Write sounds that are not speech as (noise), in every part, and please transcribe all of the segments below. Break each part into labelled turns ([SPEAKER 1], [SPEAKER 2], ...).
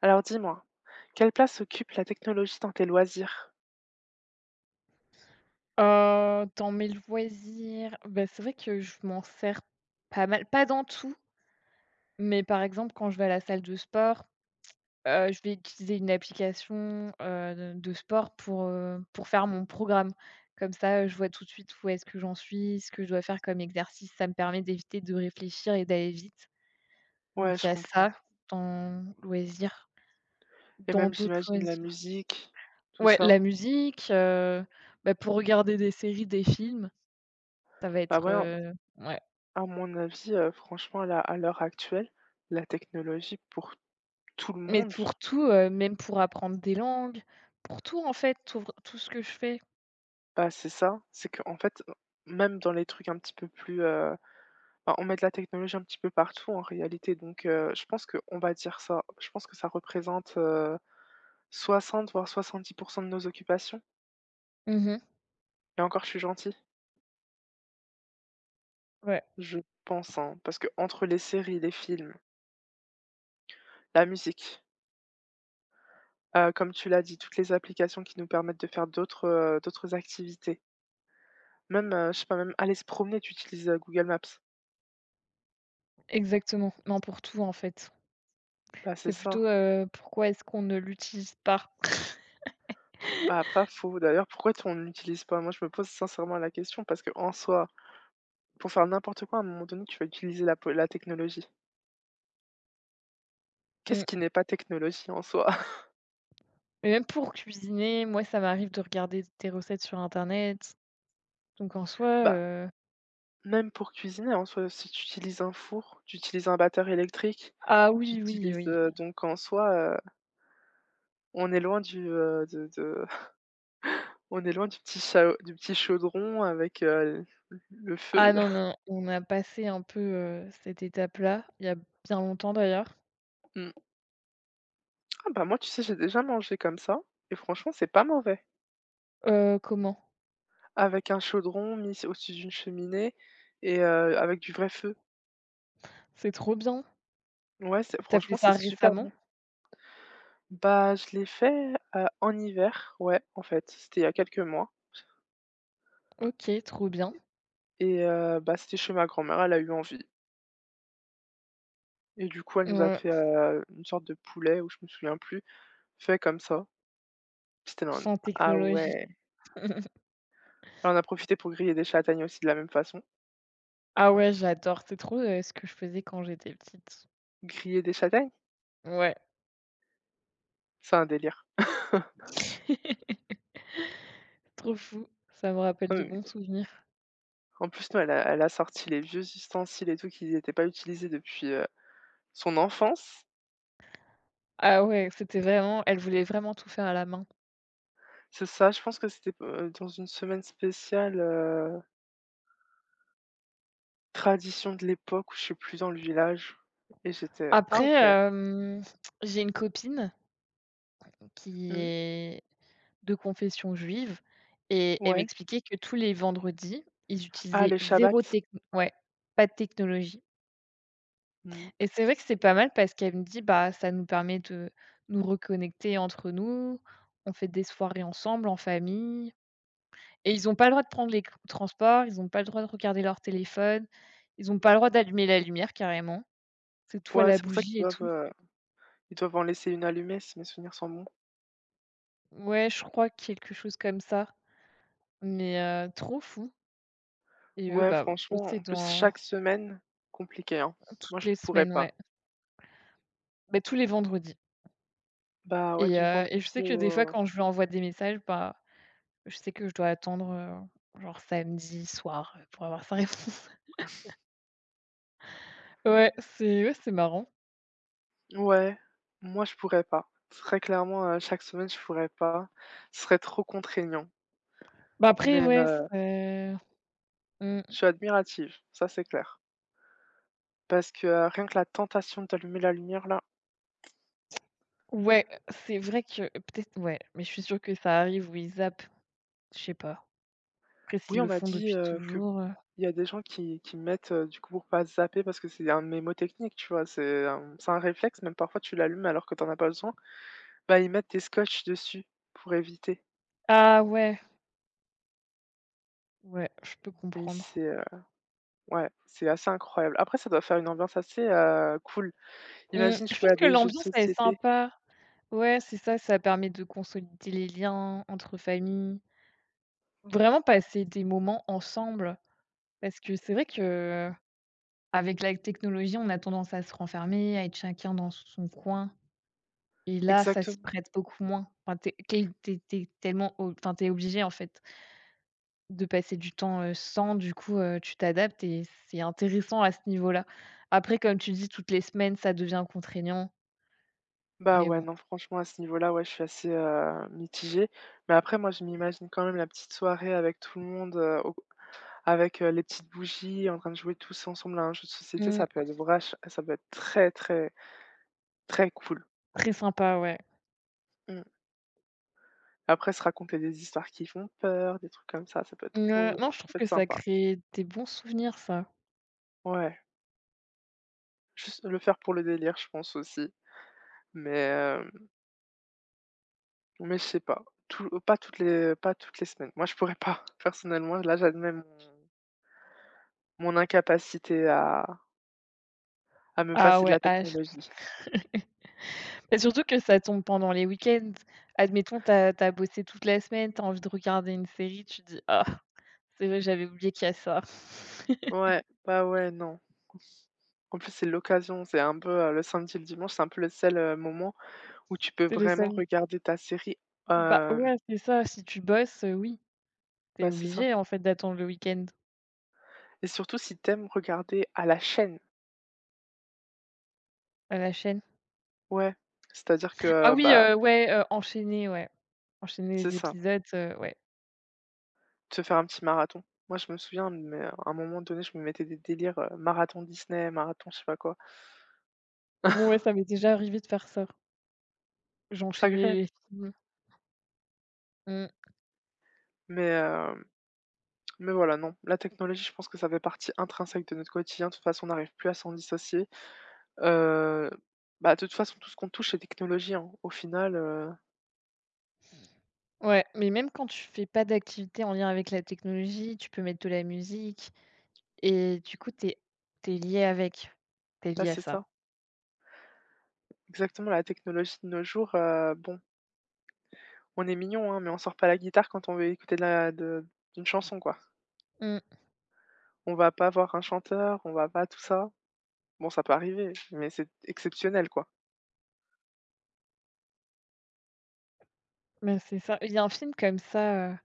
[SPEAKER 1] Alors dis-moi, quelle place occupe la technologie dans tes loisirs?
[SPEAKER 2] Dans mes loisirs, c'est vrai que je m'en sers pas mal, pas dans tout, mais par exemple quand je vais à la salle de sport, je vais utiliser une application, de sport pour faire mon programme. Comme ça, je vois tout de suite où est-ce que j'en suis, ce que je dois faire comme exercice. Ça me permet d'éviter de réfléchir et d'aller vite.
[SPEAKER 1] Ouais,
[SPEAKER 2] Donc il
[SPEAKER 1] je
[SPEAKER 2] y a
[SPEAKER 1] comprends.
[SPEAKER 2] ça dans loisirs.
[SPEAKER 1] Et
[SPEAKER 2] Dans
[SPEAKER 1] même,
[SPEAKER 2] d'autres
[SPEAKER 1] j'imagine, la
[SPEAKER 2] loisirs
[SPEAKER 1] musique, tout
[SPEAKER 2] ouais, la
[SPEAKER 1] ça.
[SPEAKER 2] musique, pour regarder des séries, des films, ça va
[SPEAKER 1] Bah
[SPEAKER 2] être,
[SPEAKER 1] ouais,
[SPEAKER 2] ouais.
[SPEAKER 1] à mon avis, franchement, à l'heure actuelle, la technologie pour tout le
[SPEAKER 2] Mais
[SPEAKER 1] monde,
[SPEAKER 2] pour tout, même pour apprendre des langues, pour tout en fait, tout ce que je fais.
[SPEAKER 1] bah, c'est ça, c'est qu'en fait, même dans les trucs un petit peu plus, bah, on met de la technologie un petit peu partout en réalité, donc je pense qu'on va dire ça. Je pense que ça représente, 60 voire 70 de nos occupations
[SPEAKER 2] Mmh mh.
[SPEAKER 1] et encore, je suis gentille.
[SPEAKER 2] Ouais,
[SPEAKER 1] Je pense, hein, parce que entre les séries, les films, la musique, comme tu l'as dit, toutes les applications qui nous permettent de faire d'autres, d'autres activités, même, je sais pas, même aller se promener, tu utilises, Google Maps.
[SPEAKER 2] exactement. Non, pour tout en fait.
[SPEAKER 1] Bah, c'est
[SPEAKER 2] C'est
[SPEAKER 1] ça.
[SPEAKER 2] plutôt, pourquoi est-ce qu'on ne l'utilise pas?
[SPEAKER 1] Bah,
[SPEAKER 2] (laughs)
[SPEAKER 1] pas faux. D'ailleurs, pourquoi t on n'utilise pas? Moi, je me pose sincèrement la question parce que en soi, pour faire n'importe quoi, à un moment donné, tu vas utiliser la technologie. Qu'est-ce
[SPEAKER 2] Mmh.
[SPEAKER 1] qui n'est pas technologie en soi? (laughs)
[SPEAKER 2] Et même pour cuisiner, moi ça m'arrive de regarder des recettes sur internet. Donc en soi,
[SPEAKER 1] Bah, même pour cuisiner en soi, si tu utilises un four, tu utilises un batteur électrique,
[SPEAKER 2] ah
[SPEAKER 1] tu
[SPEAKER 2] oui, oui,
[SPEAKER 1] utilises,
[SPEAKER 2] oui.
[SPEAKER 1] donc en soi, on est loin du, de (laughs) on est loin du petit chao du petit chaudron avec, l le
[SPEAKER 2] Ah
[SPEAKER 1] feu.
[SPEAKER 2] non, non, on a passé un peu, cette étape-là, il y a bien longtemps d'ailleurs.
[SPEAKER 1] Mmh. Ah bah, moi, tu sais, j'ai déjà mangé comme ça et franchement, c'est pas mauvais.
[SPEAKER 2] Comment?
[SPEAKER 1] Avec un chaudron mis s au-dessus d'une cheminée et avec du vrai feu.
[SPEAKER 2] C'est trop bien.
[SPEAKER 1] Ouais, c'est
[SPEAKER 2] Tu as fait
[SPEAKER 1] franchement,
[SPEAKER 2] ça
[SPEAKER 1] c'est super
[SPEAKER 2] récemment?
[SPEAKER 1] bon. Bah, je l'ai fait, en hiver, ouais, en fait, c'était il y a quelques mois
[SPEAKER 2] OK, trop bien.
[SPEAKER 1] et bah, c'était chez ma grand-mère, elle a eu envie et du coup, elle nous a
[SPEAKER 2] Ouais.
[SPEAKER 1] fait, une sorte de poulet ou je me souviens plus, fait comme ça. Puis j'étais là en mode:
[SPEAKER 2] Sans
[SPEAKER 1] «Ah
[SPEAKER 2] technologie.
[SPEAKER 1] ouais!» On a profité pour griller des châtaignes aussi de la même façon.
[SPEAKER 2] Ah ouais, j'adore, c'est trop, ce que je faisais quand j'étais petite.
[SPEAKER 1] Griller des châtaignes?
[SPEAKER 2] Ouais.
[SPEAKER 1] C'est un délire.
[SPEAKER 2] (laughs) Trop fou, ça me rappelle
[SPEAKER 1] Ah
[SPEAKER 2] de
[SPEAKER 1] oui,
[SPEAKER 2] bons
[SPEAKER 1] oui.
[SPEAKER 2] souvenirs.
[SPEAKER 1] En plus, nous, elle a sorti les vieux ustensiles et tout qui n'étaient pas utilisés depuis, son enfance.
[SPEAKER 2] Ah ouais, c'était vraiment elle voulait vraiment tout faire à la main.
[SPEAKER 1] C'est ça, je pense que c'était, dans une semaine spéciale, tradition de l'époque où je suis plus, dans le village et j'étais: «Ah
[SPEAKER 2] Après,
[SPEAKER 1] OK.
[SPEAKER 2] j'ai une copine qui
[SPEAKER 1] Mmh.
[SPEAKER 2] est de confession juive et elle
[SPEAKER 1] Ouais.
[SPEAKER 2] m'expliquait que tous les vendredis, ils
[SPEAKER 1] Ah,
[SPEAKER 2] utilisaient
[SPEAKER 1] le
[SPEAKER 2] zéro
[SPEAKER 1] Shabbat.
[SPEAKER 2] techn ouais, pas de technologie.
[SPEAKER 1] Mmh.
[SPEAKER 2] Et c'est vrai que c'est pas mal parce qu'elle me dit: «Bah, ça nous permet de nous reconnecter entre nous, on fait des soirées ensemble en famille» et ils ont pas le droit de prendre les transports, ils ont pas le droit de regarder leur téléphone, ils ont pas le droit d'allumer la lumière carrément. C'est tout à
[SPEAKER 1] Ouais,
[SPEAKER 2] la
[SPEAKER 1] c'est pour ça qu'ils
[SPEAKER 2] bougie et
[SPEAKER 1] doivent,
[SPEAKER 2] tout.
[SPEAKER 1] ils doivent en laisser une allumée si mes souvenirs sont bons».
[SPEAKER 2] Ouais, je crois quelque chose comme ça, mais trop fou et eux,
[SPEAKER 1] Ouais,
[SPEAKER 2] bah, eux,
[SPEAKER 1] franchement,
[SPEAKER 2] c'est
[SPEAKER 1] en plus,
[SPEAKER 2] dans
[SPEAKER 1] chaque semaine, compliqué, hein. Moi,
[SPEAKER 2] toutes
[SPEAKER 1] je
[SPEAKER 2] les
[SPEAKER 1] ne pourrais
[SPEAKER 2] semaines,
[SPEAKER 1] pas.
[SPEAKER 2] ouais. Bah, tous les vendredis
[SPEAKER 1] Bah, ouais,
[SPEAKER 2] et
[SPEAKER 1] du
[SPEAKER 2] je sais
[SPEAKER 1] vendredi
[SPEAKER 2] que des fois
[SPEAKER 1] au
[SPEAKER 2] quand je lui envoie des messages, bah, je sais que je dois attendre, genre samedi soir, pour avoir sa réponse. (laughs) Ouais, c'est marrant.
[SPEAKER 1] ouais, moi, je pourrais pas. Très clairement, chaque semaine, je pourrais pas. Ce serait trop contraignant.
[SPEAKER 2] Bah, après,
[SPEAKER 1] Mais,
[SPEAKER 2] ouais, c'est mmh,
[SPEAKER 1] je suis admirative, ça, c'est clair. Parce que, rien que la tentation d'allumer la lumière, là
[SPEAKER 2] ouais, c'est vrai que peut-être ouais, mais je suis sûre que ça arrive ou ils zappent, je sais pas. Après s'ils
[SPEAKER 1] oui, on
[SPEAKER 2] le
[SPEAKER 1] m'a
[SPEAKER 2] font
[SPEAKER 1] dit,
[SPEAKER 2] depuis
[SPEAKER 1] que
[SPEAKER 2] toujours,
[SPEAKER 1] il y a des gens qui mettent, du coup, pour pas zapper parce que c'est un mnémotechnique, tu vois? C'est un réflexe, même parfois, tu l'allumes alors que t'en as pas besoin. Bah, ils mettent des scotch dessus pour éviter.
[SPEAKER 2] ah ouais, ouais, je peux
[SPEAKER 1] Mais c'est,
[SPEAKER 2] comprendre.
[SPEAKER 1] ouais, c'est assez incroyable. Après, ça doit faire une ambiance assez, cool.
[SPEAKER 2] Mmh,
[SPEAKER 1] Imagine
[SPEAKER 2] je
[SPEAKER 1] jouer
[SPEAKER 2] pense
[SPEAKER 1] à
[SPEAKER 2] que
[SPEAKER 1] des jeux de
[SPEAKER 2] l'ambiance, elle est
[SPEAKER 1] société.
[SPEAKER 2] sympa. Ouais, c'est ça, ça permet de consolider les liens entre familles, vraiment passer des moments ensemble parce que c'est vrai que avec la technologie, on a tendance à se renfermer, à être chacun dans son coin et là, ça s'y
[SPEAKER 1] Exactement.
[SPEAKER 2] prête beaucoup moins. Enfin, tu es quel tu tellement ob enfin, t'es obligé, en fait, de passer du temps, sans, du coup, tu t'adaptes et c'est intéressant à ce niveau-là. Après, comme tu dis, toutes les semaines, ça devient contraignant,
[SPEAKER 1] Bah,
[SPEAKER 2] mais
[SPEAKER 1] ouais,
[SPEAKER 2] bon.
[SPEAKER 1] non, franchement, à ce niveau-là, ouais, je suis assez, mitigée. Mais après, moi, je m'imagine quand même la petite soirée avec tout le monde, au avec, les petites bougies, en train de jouer tous ensemble à un jeu de société,
[SPEAKER 2] Mmh,
[SPEAKER 1] ça peut être très, très, très cool.
[SPEAKER 2] très sympa, ouais.
[SPEAKER 1] Mmh. Après, se raconter des histoires qui font peur, des trucs comme ça,
[SPEAKER 2] Non, je trouve
[SPEAKER 1] peut
[SPEAKER 2] que
[SPEAKER 1] être
[SPEAKER 2] ça
[SPEAKER 1] sympa.
[SPEAKER 2] crée des bons souvenirs, ça.
[SPEAKER 1] Ouais, juste le faire pour le délire, je pense aussi. Mais, heu Mais je sais pas, tout pas toutes les semaines. Moi, je pourrais pas. (laughs) Personnellement, là, j'admets mon incapacité à me
[SPEAKER 2] Ah
[SPEAKER 1] passer de
[SPEAKER 2] ouais,
[SPEAKER 1] la
[SPEAKER 2] ah ch
[SPEAKER 1] technologie.
[SPEAKER 2] et surtout que ça tombe pendant les week-ends. Admettons, t'as as bossé toute la semaine, t'as envie de regarder une série, tu dis: «Ah». C'est vrai, j'avais oublié qu'il y a ça. (laughs)
[SPEAKER 1] Ouais, bah, ouais, non. En plus, c'est l'occasion, c'est un peu, le samedi et le dimanche, c'est un peu le seul, moment où tu peux
[SPEAKER 2] C'est le
[SPEAKER 1] vraiment
[SPEAKER 2] seul
[SPEAKER 1] regarder ta série,
[SPEAKER 2] bah,
[SPEAKER 1] hem,
[SPEAKER 2] ouais, c'est ça, si tu bosses, oui, t'es
[SPEAKER 1] bah, c'est ça
[SPEAKER 2] obligé, en fait, d'attendre le week-end
[SPEAKER 1] et surtout si t'aimes regarder à la chaîne.
[SPEAKER 2] à la chaîne.
[SPEAKER 1] Ouais, c'est-à-dire que,
[SPEAKER 2] Ah oui,
[SPEAKER 1] bah,
[SPEAKER 2] ouais, enchaîner, ouais. Enchaîner
[SPEAKER 1] c'est
[SPEAKER 2] les
[SPEAKER 1] ça,
[SPEAKER 2] épisodes, ouais.
[SPEAKER 1] se faire un petit marathon. Moi, je me souviens, mais à un moment donné, je me mettais des délires, marathon Disney, marathon je sais pas quoi.
[SPEAKER 2] Ouais,
[SPEAKER 1] (laughs)
[SPEAKER 2] ça m'est déjà arrivé de faire ça.
[SPEAKER 1] C'est
[SPEAKER 2] J'enchaînais
[SPEAKER 1] agréable,
[SPEAKER 2] les films. Mmh.
[SPEAKER 1] mais heu, mais voilà, non. La technologie, je pense que ça fait partie intrinsèque de notre quotidien. De toute façon, on n'arrive plus à s'en dissocier. Heu, bah, de toute façon, tout ce qu'on touche, c'est technologie, hein. Au final,
[SPEAKER 2] Ouais, mais même quand tu fais pas d'activité en lien avec la technologie, tu peux mettre de la musique et du coup, t'es lié avec. T'es
[SPEAKER 1] bah,
[SPEAKER 2] lié à
[SPEAKER 1] c'est ça.
[SPEAKER 2] ça.
[SPEAKER 1] Exactement, la technologie de nos jours, bon, on est mignon hein, mais on sort pas la guitare quand on veut écouter de la de d'une chanson, quoi.
[SPEAKER 2] Mmh,
[SPEAKER 1] On va pas voir un chanteur, on va pas tout ça. Bon, ça peut arriver, mais c'est exceptionnel, quoi.
[SPEAKER 2] mais c'est ça. Il y a un film comme ça,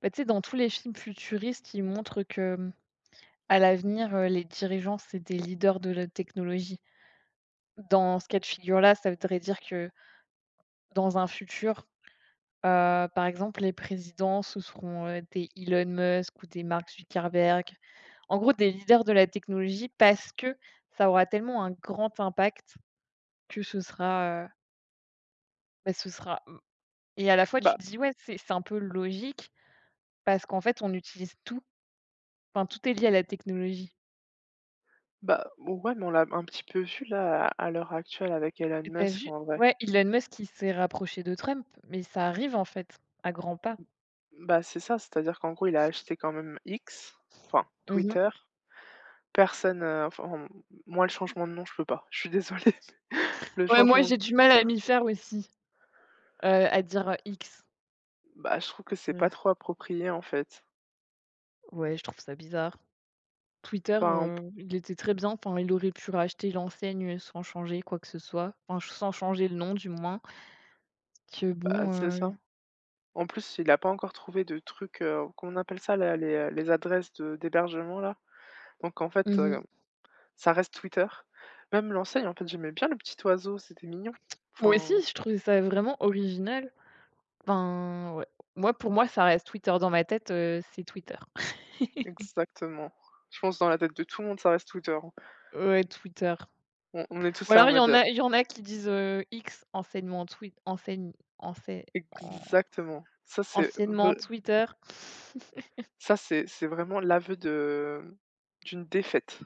[SPEAKER 2] bah, tu sais, dans tous les films futuristes, ils montrent que, mmh, à l'avenir, les dirigeants, c'est des leaders de la technologie. Dans ce cas de figure-là, ça voudrait dire que dans un futur, par exemple, les présidents, ce seront, des Elon Musk ou des Mark Zuckerberg. En gros, des leaders de la technologie parce que ça aura tellement un grand impact que ce sera, ce sera, mmh et à la fois, tu
[SPEAKER 1] Bah
[SPEAKER 2] te dis: «Ouais, c'est un peu logique» parce qu'en fait, on utilise tout, enfin, tout est lié à la technologie.
[SPEAKER 1] bah, ouais, mais on l'a un petit peu vu là, à l'heure actuelle avec Elon
[SPEAKER 2] Et tu
[SPEAKER 1] Musk,
[SPEAKER 2] vu?
[SPEAKER 1] en vrai.
[SPEAKER 2] Ouais, Elon Musk, il s'est rapproché de Trump, mais ça arrive, en fait, à grands pas.
[SPEAKER 1] Bah, c'est ça, c'est-à-dire qu'en gros, il a acheté quand même X, enfin
[SPEAKER 2] Mmh mh.
[SPEAKER 1] Twitter. Personne, enfin, moi le changement de nom, je peux pas, je suis désolée. (laughs) Le
[SPEAKER 2] Ouais, moi,
[SPEAKER 1] changement de
[SPEAKER 2] j'ai du mal à m'y faire aussi, à dire, X.
[SPEAKER 1] bah, je trouve que c'est
[SPEAKER 2] Heu,
[SPEAKER 1] pas trop approprié, en fait.
[SPEAKER 2] ouais, je trouve ça bizarre. Twitter,
[SPEAKER 1] Enfin,
[SPEAKER 2] il était très bien, enfin, il aurait pu racheter l'enseigne, sans changer quoi que ce soit, enfin, ch sans changer le nom, du moins, que
[SPEAKER 1] bah,
[SPEAKER 2] bon,
[SPEAKER 1] c'est ça. En plus, il a pas encore trouvé de trucs, comment on appelle ça là? Les adresses de d'hébergement là? Donc en fait,
[SPEAKER 2] mmh mh.
[SPEAKER 1] ça reste Twitter. Même l'enseigne, en fait, j'aimais bien le petit oiseau, c'était mignon.
[SPEAKER 2] Moi aussi,
[SPEAKER 1] Enfin,
[SPEAKER 2] je trouvais ça vraiment original. Enfin, ouais, moi, pour moi, ça reste Twitter dans ma tête, c'est Twitter.
[SPEAKER 1] exactement. Je pense dans la tête de tout le monde, ça reste Twitter. Hein.
[SPEAKER 2] Ouais, Twitter.
[SPEAKER 1] On est
[SPEAKER 2] Ou
[SPEAKER 1] tous là en
[SPEAKER 2] alors il y
[SPEAKER 1] mode,
[SPEAKER 2] en a il y en a qui disent, X enseignement Twi enseigne ensei an
[SPEAKER 1] exactement.
[SPEAKER 2] anciennement Twitter. (laughs)
[SPEAKER 1] Ça, c'est vraiment l'aveu de d'une défaite.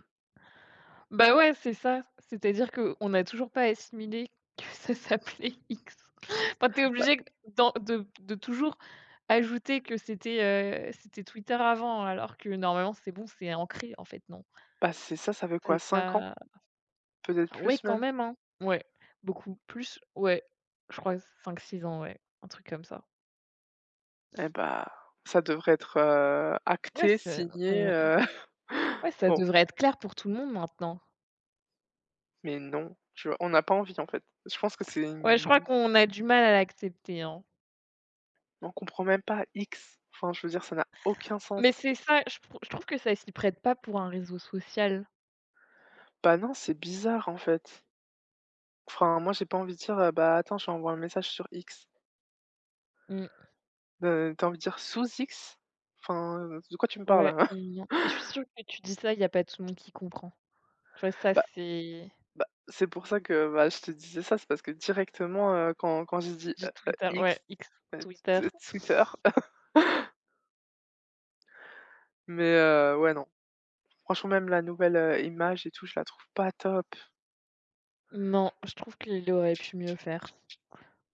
[SPEAKER 2] Bah, ouais, c'est ça. C'est-à-dire qu'on a toujours pas assimilé que (laughs) ça s'appelait X. (laughs) Enfin, t'es
[SPEAKER 1] Bah
[SPEAKER 2] obligé d'en de toujours ajouter que c'était, c'était Twitter avant, alors que normalement c'est bon, c'est ancré en fait, non?
[SPEAKER 1] bah, c'est ça, ça fait quoi?
[SPEAKER 2] C'est
[SPEAKER 1] Cinq ans?
[SPEAKER 2] pas
[SPEAKER 1] Peut-être
[SPEAKER 2] ah ouais,
[SPEAKER 1] plus
[SPEAKER 2] quand
[SPEAKER 1] même?
[SPEAKER 2] même, hein. Ouais, beaucoup plus, ouais, je crois 5-6 ans, ouais, un truc comme ça.
[SPEAKER 1] Eh bah, ça devrait être,
[SPEAKER 2] Ouais,
[SPEAKER 1] acté,
[SPEAKER 2] c'est
[SPEAKER 1] signé,
[SPEAKER 2] ouais. Ouais,
[SPEAKER 1] (laughs)
[SPEAKER 2] ça
[SPEAKER 1] bon,
[SPEAKER 2] devrait être clair pour tout le monde maintenant.
[SPEAKER 1] mais non, tu vois? On n'a pas envie, en fait. Je pense que c'est
[SPEAKER 2] Ouais, je crois
[SPEAKER 1] une
[SPEAKER 2] qu'on a du mal à l'accepter, hein.
[SPEAKER 1] on comprend même pas X. Enfin, je veux dire, ça n'a aucun sens.
[SPEAKER 2] Mais c'est ça, je trouve que ça s'y prête pas pour un réseau social.
[SPEAKER 1] Bah, non, c'est bizarre, en fait. Enfin, moi, j'ai pas envie de dire, «Bah, attends, je t'envoie un message sur X».
[SPEAKER 2] Mmh,
[SPEAKER 1] Tu envie de dire: «Sous X»? Enfin, de quoi tu me parles,
[SPEAKER 2] ouais,
[SPEAKER 1] là?
[SPEAKER 2] mmh,
[SPEAKER 1] (laughs)
[SPEAKER 2] non. Et je suis sûre que tu dis ça, il y a pas tout le monde qui comprend. Tu vois, ça,
[SPEAKER 1] Bah
[SPEAKER 2] c'est
[SPEAKER 1] bah, c'est pour ça que, bah, je te disais ça, c'est parce que directement, quand j'ai dit,
[SPEAKER 2] du Twitter, ouais,
[SPEAKER 1] X,
[SPEAKER 2] X,
[SPEAKER 1] heu,
[SPEAKER 2] Twitter.
[SPEAKER 1] t Twitter, (laughs) mais ouais, non. Franchement, même la nouvelle, image et tout, je la trouve pas top.
[SPEAKER 2] Non, je trouve qu'il aurait pu mieux faire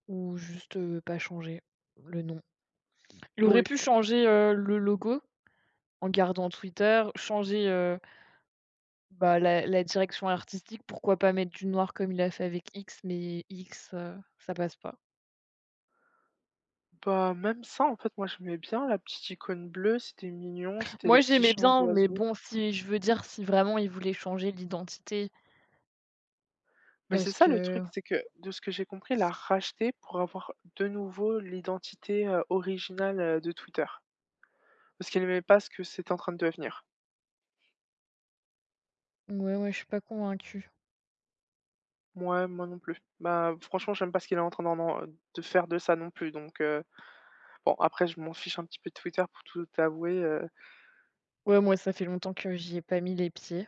[SPEAKER 2] ou juste, pas changer le nom. Il aurait
[SPEAKER 1] Oui,
[SPEAKER 2] pu changer, le logo en gardant Twitter, changer, bah, la direction artistique, pourquoi pas mettre du noir comme il a fait avec X, mais X, ça passe pas.
[SPEAKER 1] bah, même ça, en fait, moi, j'aimais bien la petite icône bleue, c'était mignon, c'était
[SPEAKER 2] Moi,
[SPEAKER 1] le petit
[SPEAKER 2] j'aimais
[SPEAKER 1] chant
[SPEAKER 2] bien, mais
[SPEAKER 1] d'oiseau.
[SPEAKER 2] bon, si je veux dire, si vraiment il voulait changer l'identité,
[SPEAKER 1] Mais c'est
[SPEAKER 2] parce
[SPEAKER 1] ça le
[SPEAKER 2] que
[SPEAKER 1] truc, c'est que de ce que j'ai compris, elle a racheté pour avoir de nouveau l'identité, originale, de Twitter. Parce qu'elle n'aimait pas ce que c'était en train de devenir.
[SPEAKER 2] ouais, ouais, je suis pas convaincue.
[SPEAKER 1] Moi, moi non plus. Bah, franchement, j'aime pas ce qu'il est en train d'en en de faire de ça non plus, donc bon, après je m'en fiche un petit peu de Twitter pour tout avouer,
[SPEAKER 2] Ouais, moi, ça fait longtemps que j'y ai pas mis les pieds.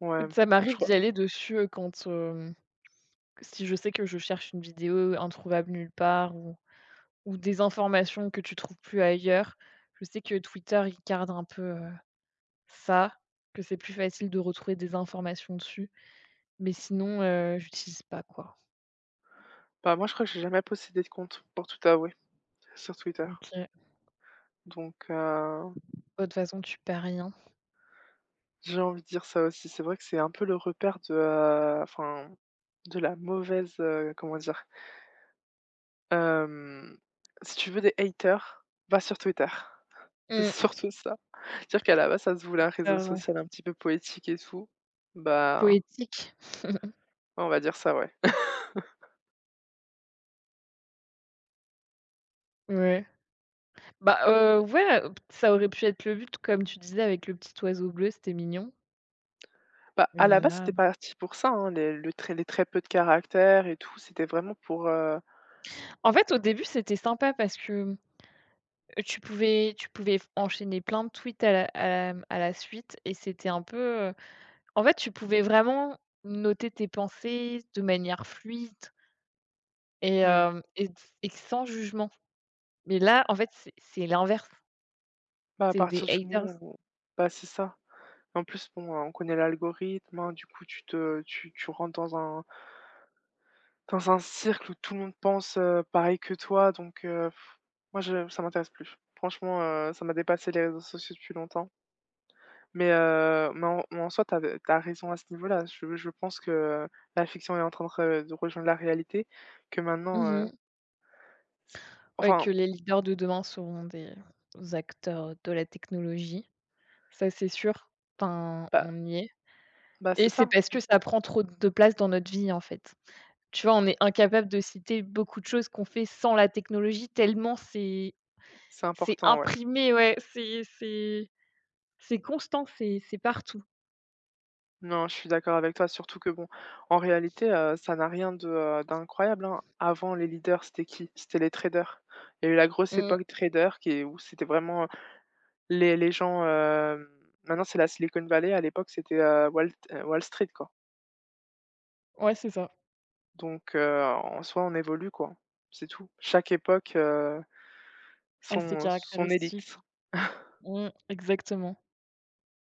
[SPEAKER 1] ouais,
[SPEAKER 2] Ça
[SPEAKER 1] je
[SPEAKER 2] m'arrive d'y
[SPEAKER 1] crois
[SPEAKER 2] aller dessus, quand, si je sais que je cherche une vidéo introuvable nulle part ou des informations que tu trouves plus ailleurs. Je sais que Twitter, il garde un peu, ça, que c'est plus facile de retrouver des informations dessus. Mais sinon, j'utilise pas quoi.
[SPEAKER 1] bah, moi, je crois que j'ai jamais possédé de compte, pour tout avouer, sur Twitter.
[SPEAKER 2] OK.
[SPEAKER 1] Donc,
[SPEAKER 2] Bah, de toute façon, tu perds rien.
[SPEAKER 1] j'ai envie de dire ça aussi. C'est vrai que c'est un peu le repère de, enfin, de la mauvaise, comment dire? Hem, si tu veux des haters, va sur Twitter. (laughs) C'est
[SPEAKER 2] Mmh,
[SPEAKER 1] surtout ça. Dire qu'à la base, ça se voulait un
[SPEAKER 2] c'est
[SPEAKER 1] réseau
[SPEAKER 2] vrai.
[SPEAKER 1] social un petit peu poétique et tout, bah,
[SPEAKER 2] Poétique. (laughs)
[SPEAKER 1] on va dire ça, ouais.
[SPEAKER 2] Ouais. Bah, ouais, ça aurait pu être le but, comme tu disais, avec le petit oiseau bleu, c'était mignon.
[SPEAKER 1] Bah,
[SPEAKER 2] Mais
[SPEAKER 1] à la
[SPEAKER 2] là
[SPEAKER 1] base, c'était parti pour ça, hein, les le très les très peu de caractères et tout, c'était vraiment pour,
[SPEAKER 2] en fait, au début, c'était sympa parce que, tu pouvais enchaîner plein de tweets à la mmh, à la suite et c'était un peu, heu en fait, tu pouvais vraiment noter tes pensées de manière fluide et
[SPEAKER 1] mmh.
[SPEAKER 2] hem et sans jugement. Mais là, en fait, c'est l'inverse.
[SPEAKER 1] Bah, à
[SPEAKER 2] C'est des
[SPEAKER 1] partir du moment
[SPEAKER 2] haters?
[SPEAKER 1] où bah, c'est ça. En plus, bon, on connaît l'algorithme, hein, du coup, tu te tu tu rentres dans un cercle où tout le monde pense, pareil que toi, donc moi, je ça m'intéresse plus. Franchement, ça m'a dépassé les réseaux sociaux depuis longtemps, mais en soi, t'as avais raison à ce niveau-là. Je pense que la fiction est en train de rejoindre la réalité, que maintenant,
[SPEAKER 2] Mmh
[SPEAKER 1] c'est
[SPEAKER 2] ouais, que
[SPEAKER 1] enfin,
[SPEAKER 2] les leaders de demain seront des acteurs de la technologie. Ça, c'est sûr. Enfin,
[SPEAKER 1] bah
[SPEAKER 2] on y est
[SPEAKER 1] bah, c'est
[SPEAKER 2] et c'est
[SPEAKER 1] ça,
[SPEAKER 2] parce que
[SPEAKER 1] c'est
[SPEAKER 2] ça prend trop de place dans notre vie, en fait. Tu vois, on est incapable de citer beaucoup de choses qu'on fait sans la technologie tellement
[SPEAKER 1] c'est
[SPEAKER 2] c'est
[SPEAKER 1] important, ouais.
[SPEAKER 2] imprimé, ouais, c'est c'est constant, c'est partout.
[SPEAKER 1] Non, je suis d'accord avec toi, surtout que bon, en réalité, ça n'a rien de, d'incroyable, hein. Avant les leaders, c'était qui? C'était les traders. Il y a eu la grosse
[SPEAKER 2] Mmh,
[SPEAKER 1] époque trader qui est où c'était vraiment les gens, hem, maintenant c'est la Silicon Valley, à l'époque c'était, Wall Street, quoi.
[SPEAKER 2] ouais, c'est ça.
[SPEAKER 1] Donc, en soi, on évolue, quoi. C'est tout. Chaque époque,
[SPEAKER 2] Assez
[SPEAKER 1] son
[SPEAKER 2] caractéristique.
[SPEAKER 1] élite.
[SPEAKER 2] Mmh, exactement.